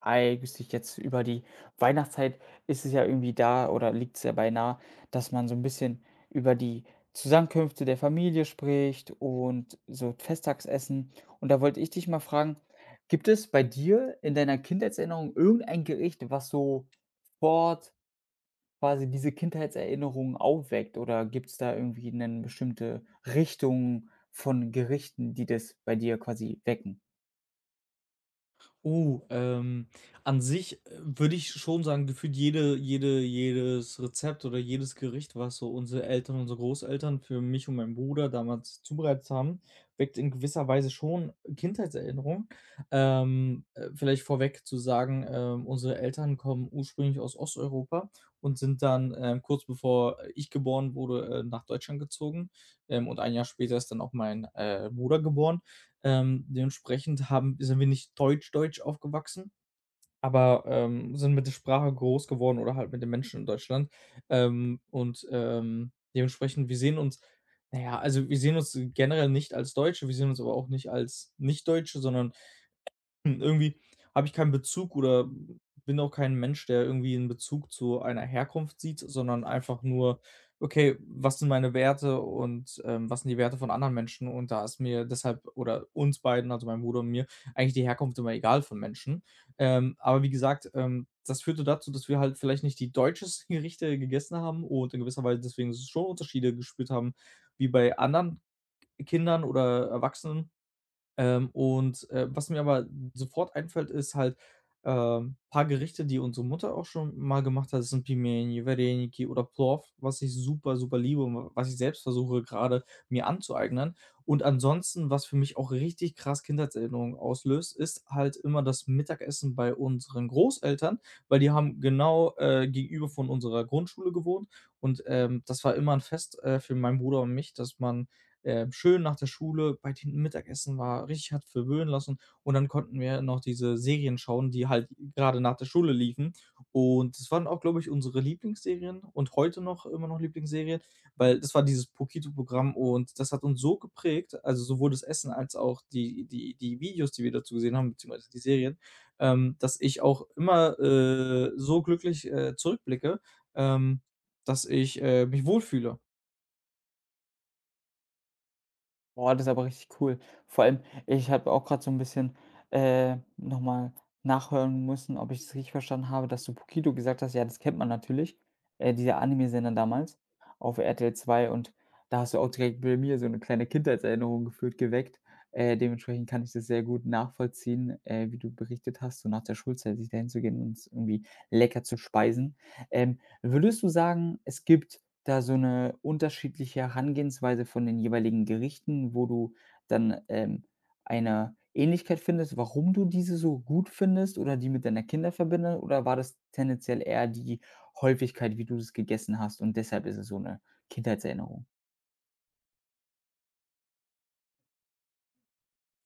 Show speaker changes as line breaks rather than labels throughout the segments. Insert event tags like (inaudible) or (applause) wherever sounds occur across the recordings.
Eigentlich jetzt über die Weihnachtszeit ist es ja irgendwie da oder liegt es ja beinahe, dass man so ein bisschen über die Zusammenkünfte der Familie spricht und so Festtagsessen. Und da wollte ich dich mal fragen, gibt es bei dir in deiner Kindheitserinnerung irgendein Gericht, was so fort quasi diese Kindheitserinnerungen aufweckt? Oder gibt es da irgendwie eine bestimmte Richtung von Gerichten, die das bei dir quasi wecken?
Oh, an sich, würde ich schon sagen, gefühlt jedes Rezept oder jedes Gericht, was so unsere Eltern, unsere Großeltern für mich und meinen Bruder damals zubereitet haben, weckt in gewisser Weise schon Kindheitserinnerungen. Vielleicht vorweg zu sagen, unsere Eltern kommen ursprünglich aus Osteuropa und sind dann, kurz bevor ich geboren wurde, nach Deutschland gezogen. Und ein Jahr später ist dann auch mein, Bruder geboren. Dementsprechend haben sind wir nicht deutsch, deutsch aufgewachsen, aber, sind mit der Sprache groß geworden oder halt mit den Menschen in Deutschland. Und dementsprechend wir sehen uns, na ja, also wir sehen uns generell nicht als Deutsche, wir sehen uns aber auch nicht als Nicht-Deutsche, sondern irgendwie habe ich keinen Bezug oder bin auch kein Mensch, der irgendwie 'n Bezug zu einer Herkunft sieht, sondern einfach nur: „Okay, was sind meine Werte und, was sind die Werte von anderen Menschen?“ Und da ist mir deshalb oder uns beiden, also meinem Bruder und mir, eigentlich die Herkunft immer egal von Menschen. Aber wie gesagt, das führte dazu, dass wir halt vielleicht nicht die deutschesten Gerichte gegessen haben und in gewisser Weise deswegen schon Unterschiede gespürt haben wie bei anderen Kindern oder Erwachsenen. Und was mir aber sofort einfällt, ist halt, paar Gerichte, die unsere Mutter auch schon mal gemacht hat. Das sind Pimeni, Wareniki oder Plov, was ich super, super liebe und w was ich selbst versuche, gerade mir anzueignen. Und ansonsten, was für mich auch richtig krass Kindheitserinnerungen auslöst, ist halt immer das Mittagessen bei unseren Großeltern, weil die haben genau, gegenüber von unserer Grundschule gewohnt und, das war immer ein Fest, für meinen Bruder und mich, dass man schön nach der Schule bei denen Mittagessen war, richtig hat verwöhnen lassen und dann konnten wir noch diese Serien schauen, die halt gerade nach der Schule liefen. Und das waren auch, glaube ich, unsere Lieblingsserien und heute noch immer noch Lieblingsserien, weil das war dieses Pokito-Programm und das hat uns so geprägt, also sowohl das Essen als auch die Videos, die wir dazu gesehen haben, beziehungsweise die Serien, dass ich auch immer, so glücklich, zurückblicke, ähm, dass ich, mich wohlfühle.
Boah, das ist aber richtig cool. Vor allem, ich habe auch gerade so ein bisschen, noch nachhören müssen, ob ich es richtig verstanden habe, dass du Pukido gesagt hast. Ja, das kennt man natürlich, dieser Anime-Sender damals auf RTL II, und da hast du auch direkt bei mir so eine kleine Kindheitserinnerung gefühlt geweckt. Dementsprechend kann ich das sehr gut nachvollziehen, wie du berichtet hast, so nach der Schulzeit sich da hinzugehen und irgendwie lecker zu speisen. Würdest du sagen, es gibt da so eine unterschiedliche Herangehensweise von den jeweiligen Gerichten, wo du dann, eine Ähnlichkeit findest, warum du diese so gut findest oder die mit deiner Kinder verbinde, oder war das tendenziell eher die Häufigkeit, wie du das gegessen hast und deshalb ist es so eine Kindheitserinnerung?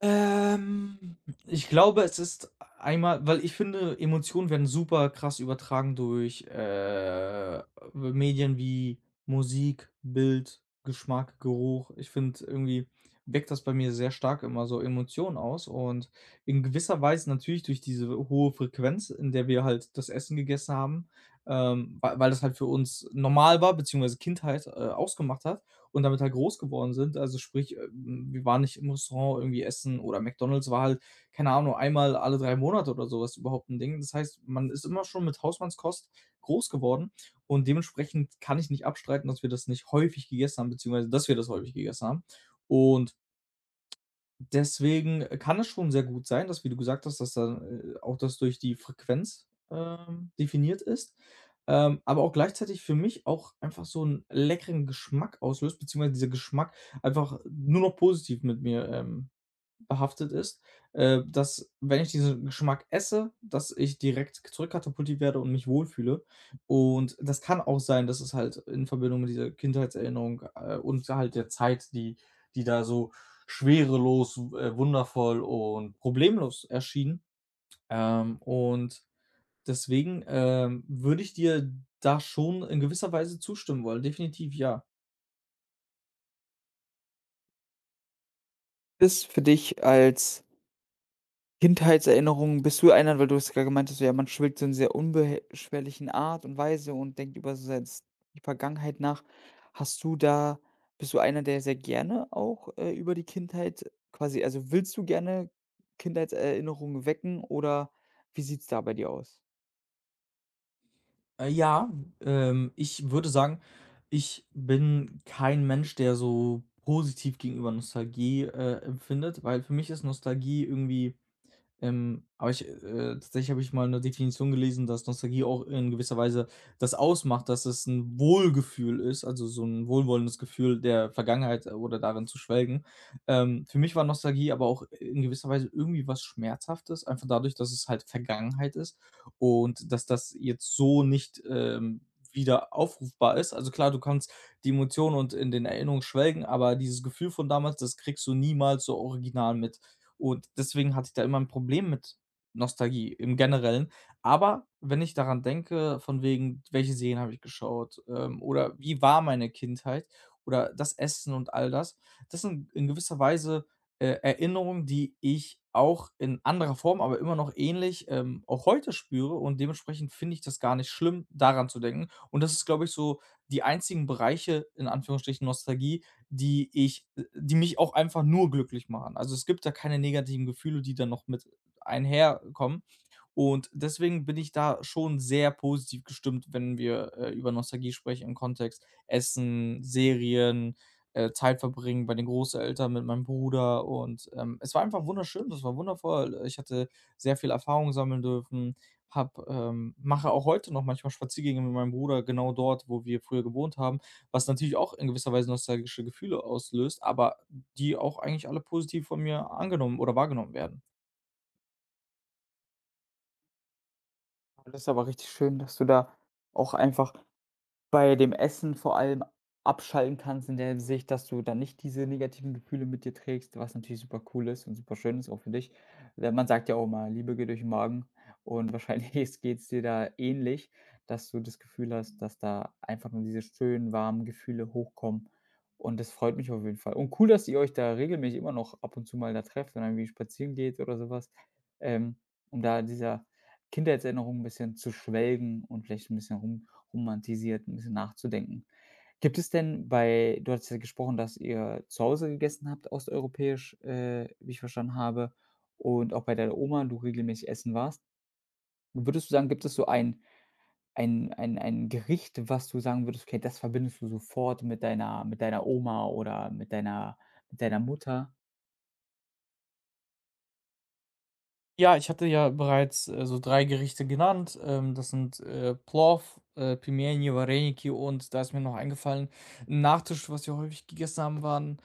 Ähm, Ich glaube, es ist einmal, weil ich finde, Emotionen werden super krass übertragen durch, Medien wie Musik, Bild, Geschmack, Geruch. Ich finde, irgendwie weckt das bei mir sehr stark immer so Emotionen aus und in gewisser Weise natürlich durch diese hohe Frequenz, in der wir halt das Essen gegessen haben, weil das halt für uns normal war, beziehungsweise Kindheit, ausgemacht hat und damit halt groß geworden sind. Also sprich, wir waren nicht im Restaurant irgendwie essen oder McDonald's war halt, keine Ahnung, einmal alle 3 Monate oder sowas überhaupt ein Ding. Das heißt, man ist immer schon mit Hausmannskost groß geworden und dementsprechend kann ich nicht abstreiten, dass wir das nicht häufig gegessen haben, beziehungsweise dass wir das häufig gegessen haben. Und deswegen kann es schon sehr gut sein, dass, wie du gesagt hast, dass dann auch das durch die Frequenz, definiert ist, aber auch gleichzeitig für mich auch einfach so einen leckeren Geschmack auslöst, beziehungsweise dieser Geschmack einfach nur noch positiv mit mir, behaftet ist, dass, wenn ich diesen Geschmack esse, dass ich direkt k zurückkatapultiert werde und mich wohlfühle. Und das kann auch sein, dass es halt in Verbindung mit dieser Kindheitserinnerung, und halt der Zeit, die da so schwerelos, wundervoll und problemlos erschien. Und deswegen, würde ich dir da schon in gewisser Weise zustimmen wollen, definitiv, ja.
Ist für dich als Kindheitserinnerungen bist du einer, weil du hast ja gemeint hast, so, ja, man schwelgt so in sehr unbeschwerlichen Art und Weise und denkt über so selbst die Vergangenheit nach. Hast du da, bist du einer, der sehr gerne auch, über die Kindheit quasi, also, willst du gerne Kindheitserinnerungen wecken oder wie sieht's da bei dir aus?
Ja, ich würde sagen, ich bin kein Mensch, der so positiv gegenüber Nostalgie, empfindet, weil für mich ist Nostalgie irgendwie, aber ich, tatsächlich habe ich mal eine Definition gelesen, dass Nostalgie auch in gewisser Weise das ausmacht, dass es ein Wohlgefühl ist, also so ein wohlwollendes Gefühl der Vergangenheit, oder darin zu schwelgen. Für mich war Nostalgie aber auch in gewisser Weise irgendwie was Schmerzhaftes, einfach dadurch, dass es halt Vergangenheit ist und dass das jetzt so nicht, wieder aufrufbar ist. Also klar, du kannst die Emotionen und in den Erinnerungen schwelgen, aber dieses Gefühl von damals, das kriegst du niemals so original mit. Und deswegen hatte ich da immer ein Problem mit Nostalgie im Generellen. Aber wenn ich daran denke, von wegen, welche Serien habe ich geschaut, oder wie war meine Kindheit oder das Essen und all das, das sind in gewisser Weise, Erinnerungen, die ich auch in anderer Form, aber immer noch ähnlich, auch heute spüre und dementsprechend finde ich das gar nicht schlimm, daran zu denken. Und das ist, glaube ich, so die einzigen Bereiche, in Anführungsstrichen Nostalgie, die ich die mich auch einfach nur glücklich machen. Also, es gibt da keine negativen Gefühle, die dann noch mit einherkommen. Und deswegen bin ich da schon sehr positiv gestimmt, wenn wir, über Nostalgie sprechen im Kontext Essen, Serien, Zeit verbringen bei den Großeltern mit meinem Bruder und, es war einfach wunderschön, das war wundervoll. Ich hatte sehr viel Erfahrung sammeln dürfen, habe mache auch heute noch manchmal Spaziergänge mit meinem Bruder genau dort, wo wir früher gewohnt haben, was natürlich auch in gewisser Weise nostalgische Gefühle auslöst, aber die auch eigentlich alle positiv von mir angenommen oder wahrgenommen werden.
Das ist aber richtig schön, dass du da auch einfach bei dem Essen vor allem abschalten kannst in der Hinsicht, dass du dann nicht diese negativen Gefühle mit dir trägst, was natürlich super cool ist und super schön ist, auch für dich. Denn man sagt ja auch immer: „Liebe geht durch den Magen", und wahrscheinlich (laughs) geht's dir da ähnlich, dass du das Gefühl hast, dass da einfach nur diese schönen, warmen Gefühle hochkommen, und das freut mich auf jeden Fall. Und cool, dass ihr euch da regelmäßig immer noch ab und zu mal da trefft und dann irgendwie spazieren geht oder sowas, ähm, um da dieser Kindheitserinnerung ein bisschen zu schwelgen und vielleicht ein bisschen rum romantisiert, ein bisschen nachzudenken. Gibt es denn bei du hattest ja gesprochen, dass ihr zu Hause gegessen habt, osteuropäisch, wie ich verstanden habe, und auch bei deiner Oma du regelmäßig essen warst. Würdest du sagen, gibt es so ein Gericht, was du sagen würdest: „Okay, das verbindest du sofort mit deiner Oma oder mit deiner Mutter?"
Ja, ich hatte ja bereits, so 3 Gerichte genannt. Das sind, Plov, Pельмени, Вареники und da ist mir noch eingefallen, 'n Nachtisch, was wir häufig gegessen haben, waren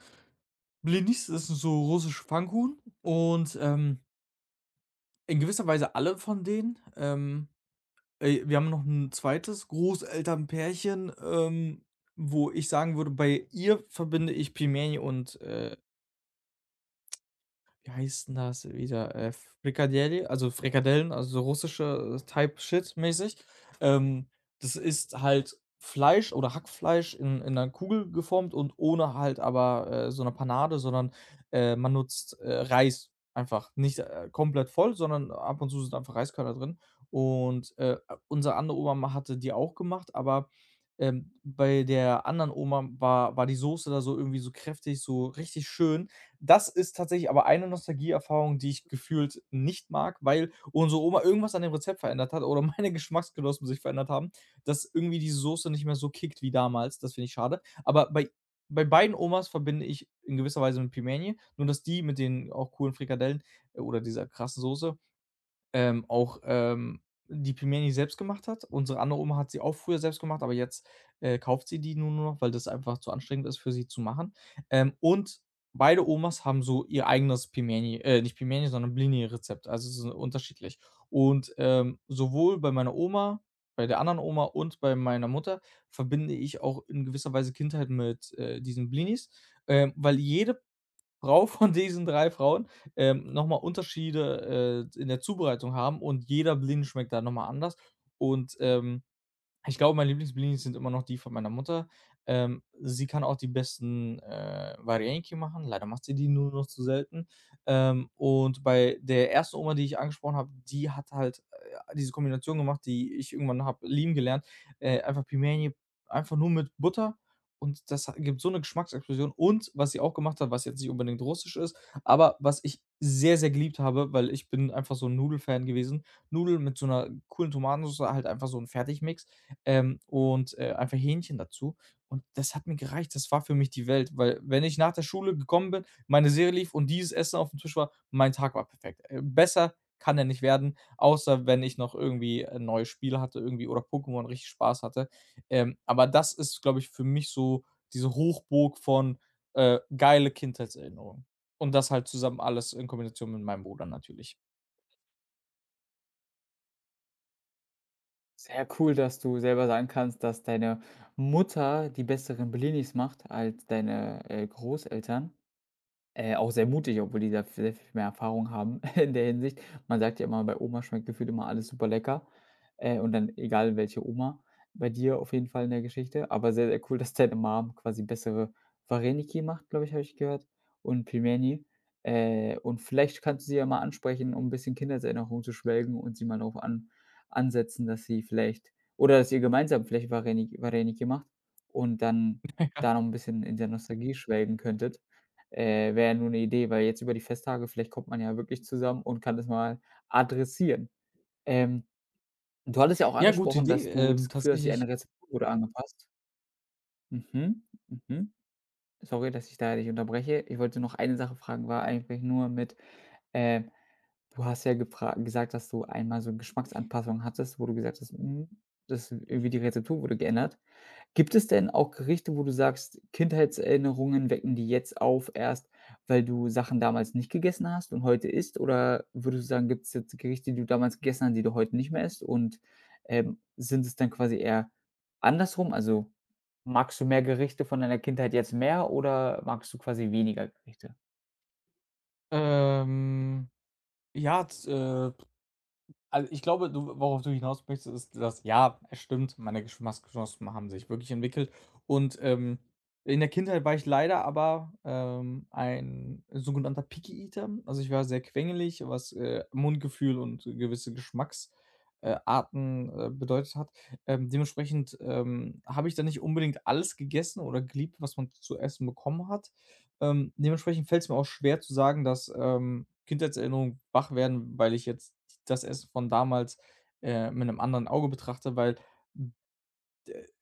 Blinis, das sind so russische Pfannkuchen und, in gewisser Weise alle von denen. Wir haben noch ein zweites Großelternpärchen, wo ich sagen würde, bei ihr verbinde ich Pelmeni und, wie heißt 'n das wieder? Frikadelle, also Frikadellen, also so russische, Type Shit mäßig. Ähm, Das ist halt Fleisch oder Hackfleisch in 'ner Kugel geformt und ohne halt, aber, so eine Panade, sondern, man nutzt, Reis einfach. Nicht, komplett voll, sondern ab und zu sind einfach Reiskörner drin. Und, unsere andere Oma hatte die auch gemacht, aber, bei der anderen Oma war die Soße da so irgendwie so kräftig, so richtig schön, das ist tatsächlich aber eine Nostalgieerfahrung, die ich gefühlt nicht mag, weil unsere Oma irgendwas an dem Rezept verändert hat oder (laughs) meine Geschmacksgenossen sich verändert haben, dass irgendwie die Soße nicht mehr so kickt wie damals. Das finde ich schade. Aber bei beiden Omas verbinde ich in gewisser Weise mit Pimenje, nur dass die mit den auch coolen Frikadellen oder dieser krassen Soße auch, die Pelmeni selbst gemacht hat. Unsere andere Oma hat sie auch früher selbst gemacht, aber jetzt, kauft sie die nur noch, weil das einfach zu anstrengend ist, für sie zu machen. Und beide Omas haben so ihr eigenes Pelmeni nicht Pelmeni, sondern Blini-Rezept, also es ist unterschiedlich. Und, sowohl bei meiner Oma, bei der anderen Oma und bei meiner Mutter verbinde ich auch in gewisser Weise Kindheit mit, diesen Blinis, weil jede Frau (laughs) von diesen 3 Frauen, noch Unterschiede, in der Zubereitung haben und jeder Blind schmeckt da nochmal anders und, ich glaube, meine Lieblingsblinis sind immer noch die von meiner Mutter. Sie kann auch die besten, Varienký machen. Leider macht sie die nur noch zu selten. Und bei der ersten Oma, die ich angesprochen habe, die hat halt, diese Kombination gemacht, die ich irgendwann habe lieben gelernt. Einfach Pimeni, einfach nur mit Butter und das ha gibt so eine Geschmacksexplosion. Und was sie auch gemacht hat, was jetzt nicht unbedingt russisch ist, aber was ich sehr, sehr geliebt habe, weil ich bin einfach so ein Nudelfan gewesen. Nudeln mit so einer coolen Tomatensauce halt einfach so 'n Fertigmix und einfach Hähnchen dazu. Und das hat mir gereicht. Das war für mich die Welt, weil wenn ich nach der Schule gekommen bin, meine Serie lief und dieses Essen auf dem Tisch war, mein Tag war perfekt. Besser kann er nicht werden, außer wenn ich noch irgendwie ein neues Spiel hatte irgendwie oder Pokémon richtig Spaß hatte. Aber das ist, glaube ich, für mich so diese Hochburg von, geile Kindheitserinnerungen. Und das halt zusammen alles in Kombination mit meinem Bruder natürlich.
Sehr cool, dass du selber sagen kannst, dass deine Mutter die besseren Bellinis macht als deine, Großeltern. Auch sehr mutig, obwohl die da sehr viel mehr Erfahrung haben (laughs) in der Hinsicht. Man sagt ja immer, bei Oma schmeckt gefühlt immer alles super lecker, und dann, egal welche Oma, bei dir auf jeden Fall in der Geschichte. Aber sehr, sehr cool, (laughs) dass deine Mom quasi bessere Vareniki macht, glaube ich, habe ich gehört, und Pilmeni. Und vielleicht kannst du sie ja mal ansprechen, um ein bisschen Kindheitserinnerungen zu schwelgen und sie mal darauf an ansetzen, dass sie vielleicht, oder dass ihr gemeinsam vielleicht Vareniki macht und dann
Ja.
da noch ein bisschen in der Nostalgie schwelgen könntet. Wäre ja nur 'ne Idee, weil jetzt über die Festtage vielleicht kommt man ja wirklich zusammen und kann das mal adressieren. Ähm, Du hattest ja auch
Ja, gute
angesprochen,
Idee,
dass du das Gefühl hast,
tatsächlich.
deine Rezeptur wurde angepasst. Mhm, mhm. Sorry, dass ich da dich unterbreche. Ich wollte noch eine Sache fragen, war eigentlich nur mit, äh, du hast ja gefra gesagt, dass du einmal so Geschmacksanpassungen hattest, wo du gesagt hast: „Hm, das irgendwie die Rezeptur wurde geändert." Gibt es denn auch Gerichte, wo du sagst, Kindheitserinnerungen wecken die jetzt auf erst, weil du Sachen damals nicht gegessen hast und heute isst? Oder würdest du sagen, gibt es jetzt Gerichte, die du damals gegessen hast, die du heute nicht mehr isst? Und sind es dann quasi eher andersrum? Also, magst du mehr Gerichte von deiner Kindheit jetzt mehr oder magst du quasi weniger Gerichte?
Ähm, ja, z Also, ich glaube, du, worauf du hinaus möchtest, ist, dass, ja, es stimmt, meine Geschmacksnospen haben sich wirklich entwickelt und, in der Kindheit war ich leider aber, ein sogenannter Picky Eater. Also, ich war sehr quengelig, was, Mundgefühl und gewisse Geschmacks Arten, bedeutet hat. Dementsprechend, habe ich dann nicht unbedingt alles gegessen oder geliebt, was man zu essen bekommen hat. Dementsprechend fällt es mir auch schwer zu sagen, dass, Kindheitserinnerungen wach werden, weil ich jetzt das Essen von damals, mit einem anderen Auge betrachte, weil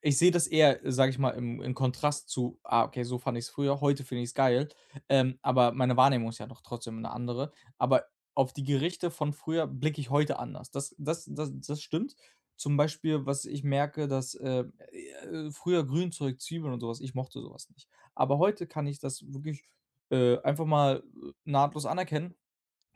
ich sehe das eher, sage ich mal, im Kontrast zu: „Ah, okay, so fand ich es früher, heute finde ich es geil.“ Aber meine Wahrnehmung ist ja doch trotzdem eine andere. Aber auf die Gerichte von früher blicke ich heute anders. Das stimmt. Zum Beispiel, was ich merke, dass, früher Grünzeug, Zwiebeln und sowas, ich mochte sowas nicht. Aber heute kann ich das wirklich, einfach mal, nahtlos anerkennen,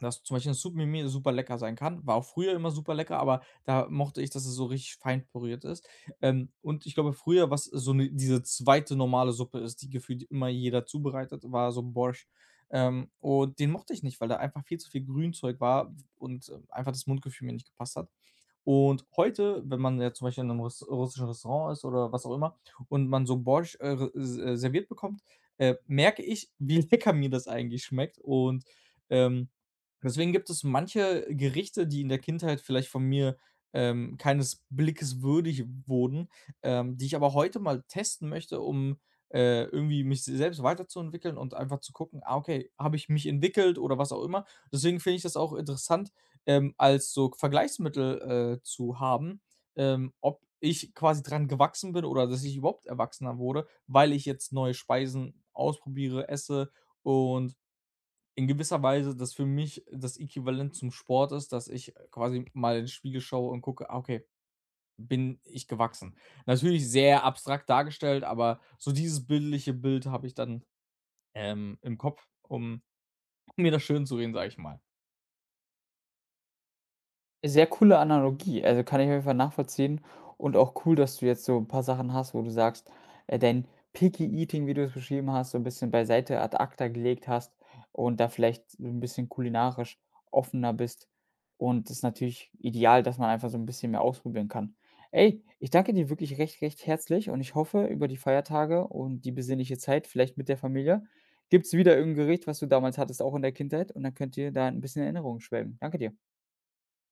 dass zum Beispiel 'ne Submimi super lecker sein kann. War auch früher immer super lecker, aber da mochte ich, dass es so richtig fein püriert ist. Und ich glaube früher, was so 'ne diese zweite normale Suppe ist, die gefühlt immer jeder zubereitet, war so Borsch. Und den mochte ich nicht, weil da einfach viel zu viel Grünzeug war und einfach das Mundgefühl mir nicht gepasst hat. Und heute, wenn man jetzt zum Beispiel in 'nem russischen Restaurant ist oder was auch immer und man so Borsch, r s serviert bekommt, merke ich, wie lecker mir das eigentlich schmeckt und, ähm deswegen gibt es manche Gerichte, die in der Kindheit vielleicht von mir, keines Blickes würdig wurden, die ich aber heute mal testen möchte, um, irgendwie mich selbst weiterzuentwickeln und einfach zu gucken: „Ah, okay, habe ich mich entwickelt?“ oder was auch immer. Deswegen finde ich das auch interessant, als so Vergleichsmittel, zu haben, ob ich quasi dran gewachsen bin oder dass ich überhaupt erwachsener wurde, weil ich jetzt neue Speisen ausprobiere, esse und in gewisser Weise das für mich das Äquivalent zum Sport ist, dass ich quasi mal in den Spiegel schaue und gucke: „Ah, okay, bin ich gewachsen?“ Natürlich sehr abstrakt dargestellt, aber so dieses bildliche Bild habe ich dann, im Kopf, um mir das schön zu schönzureden, sage ich mal.
Sehr coole Analogie, also, kann ich auf jeden Fall nachvollziehen, und auch cool, dass du jetzt so 'n paar Sachen hast, wo du sagst, dein Picky Eating, wie du es beschrieben hast, so 'n bisschen beiseite ad acta gelegt hast und da vielleicht so 'n bisschen kulinarisch offener bist, und das ist natürlich ideal, dass man einfach so 'n bisschen mehr ausprobieren kann. Ey, ich danke dir wirklich recht, recht herzlich, und ich hoffe, über die Feiertage und die besinnliche Zeit, vielleicht mit der Familie, gibt's wieder irgend 'n Gericht, was du damals hattest, auch in der Kindheit, und dann könnt ihr da 'n bisschen Erinnerungen schwelgen. Danke dir.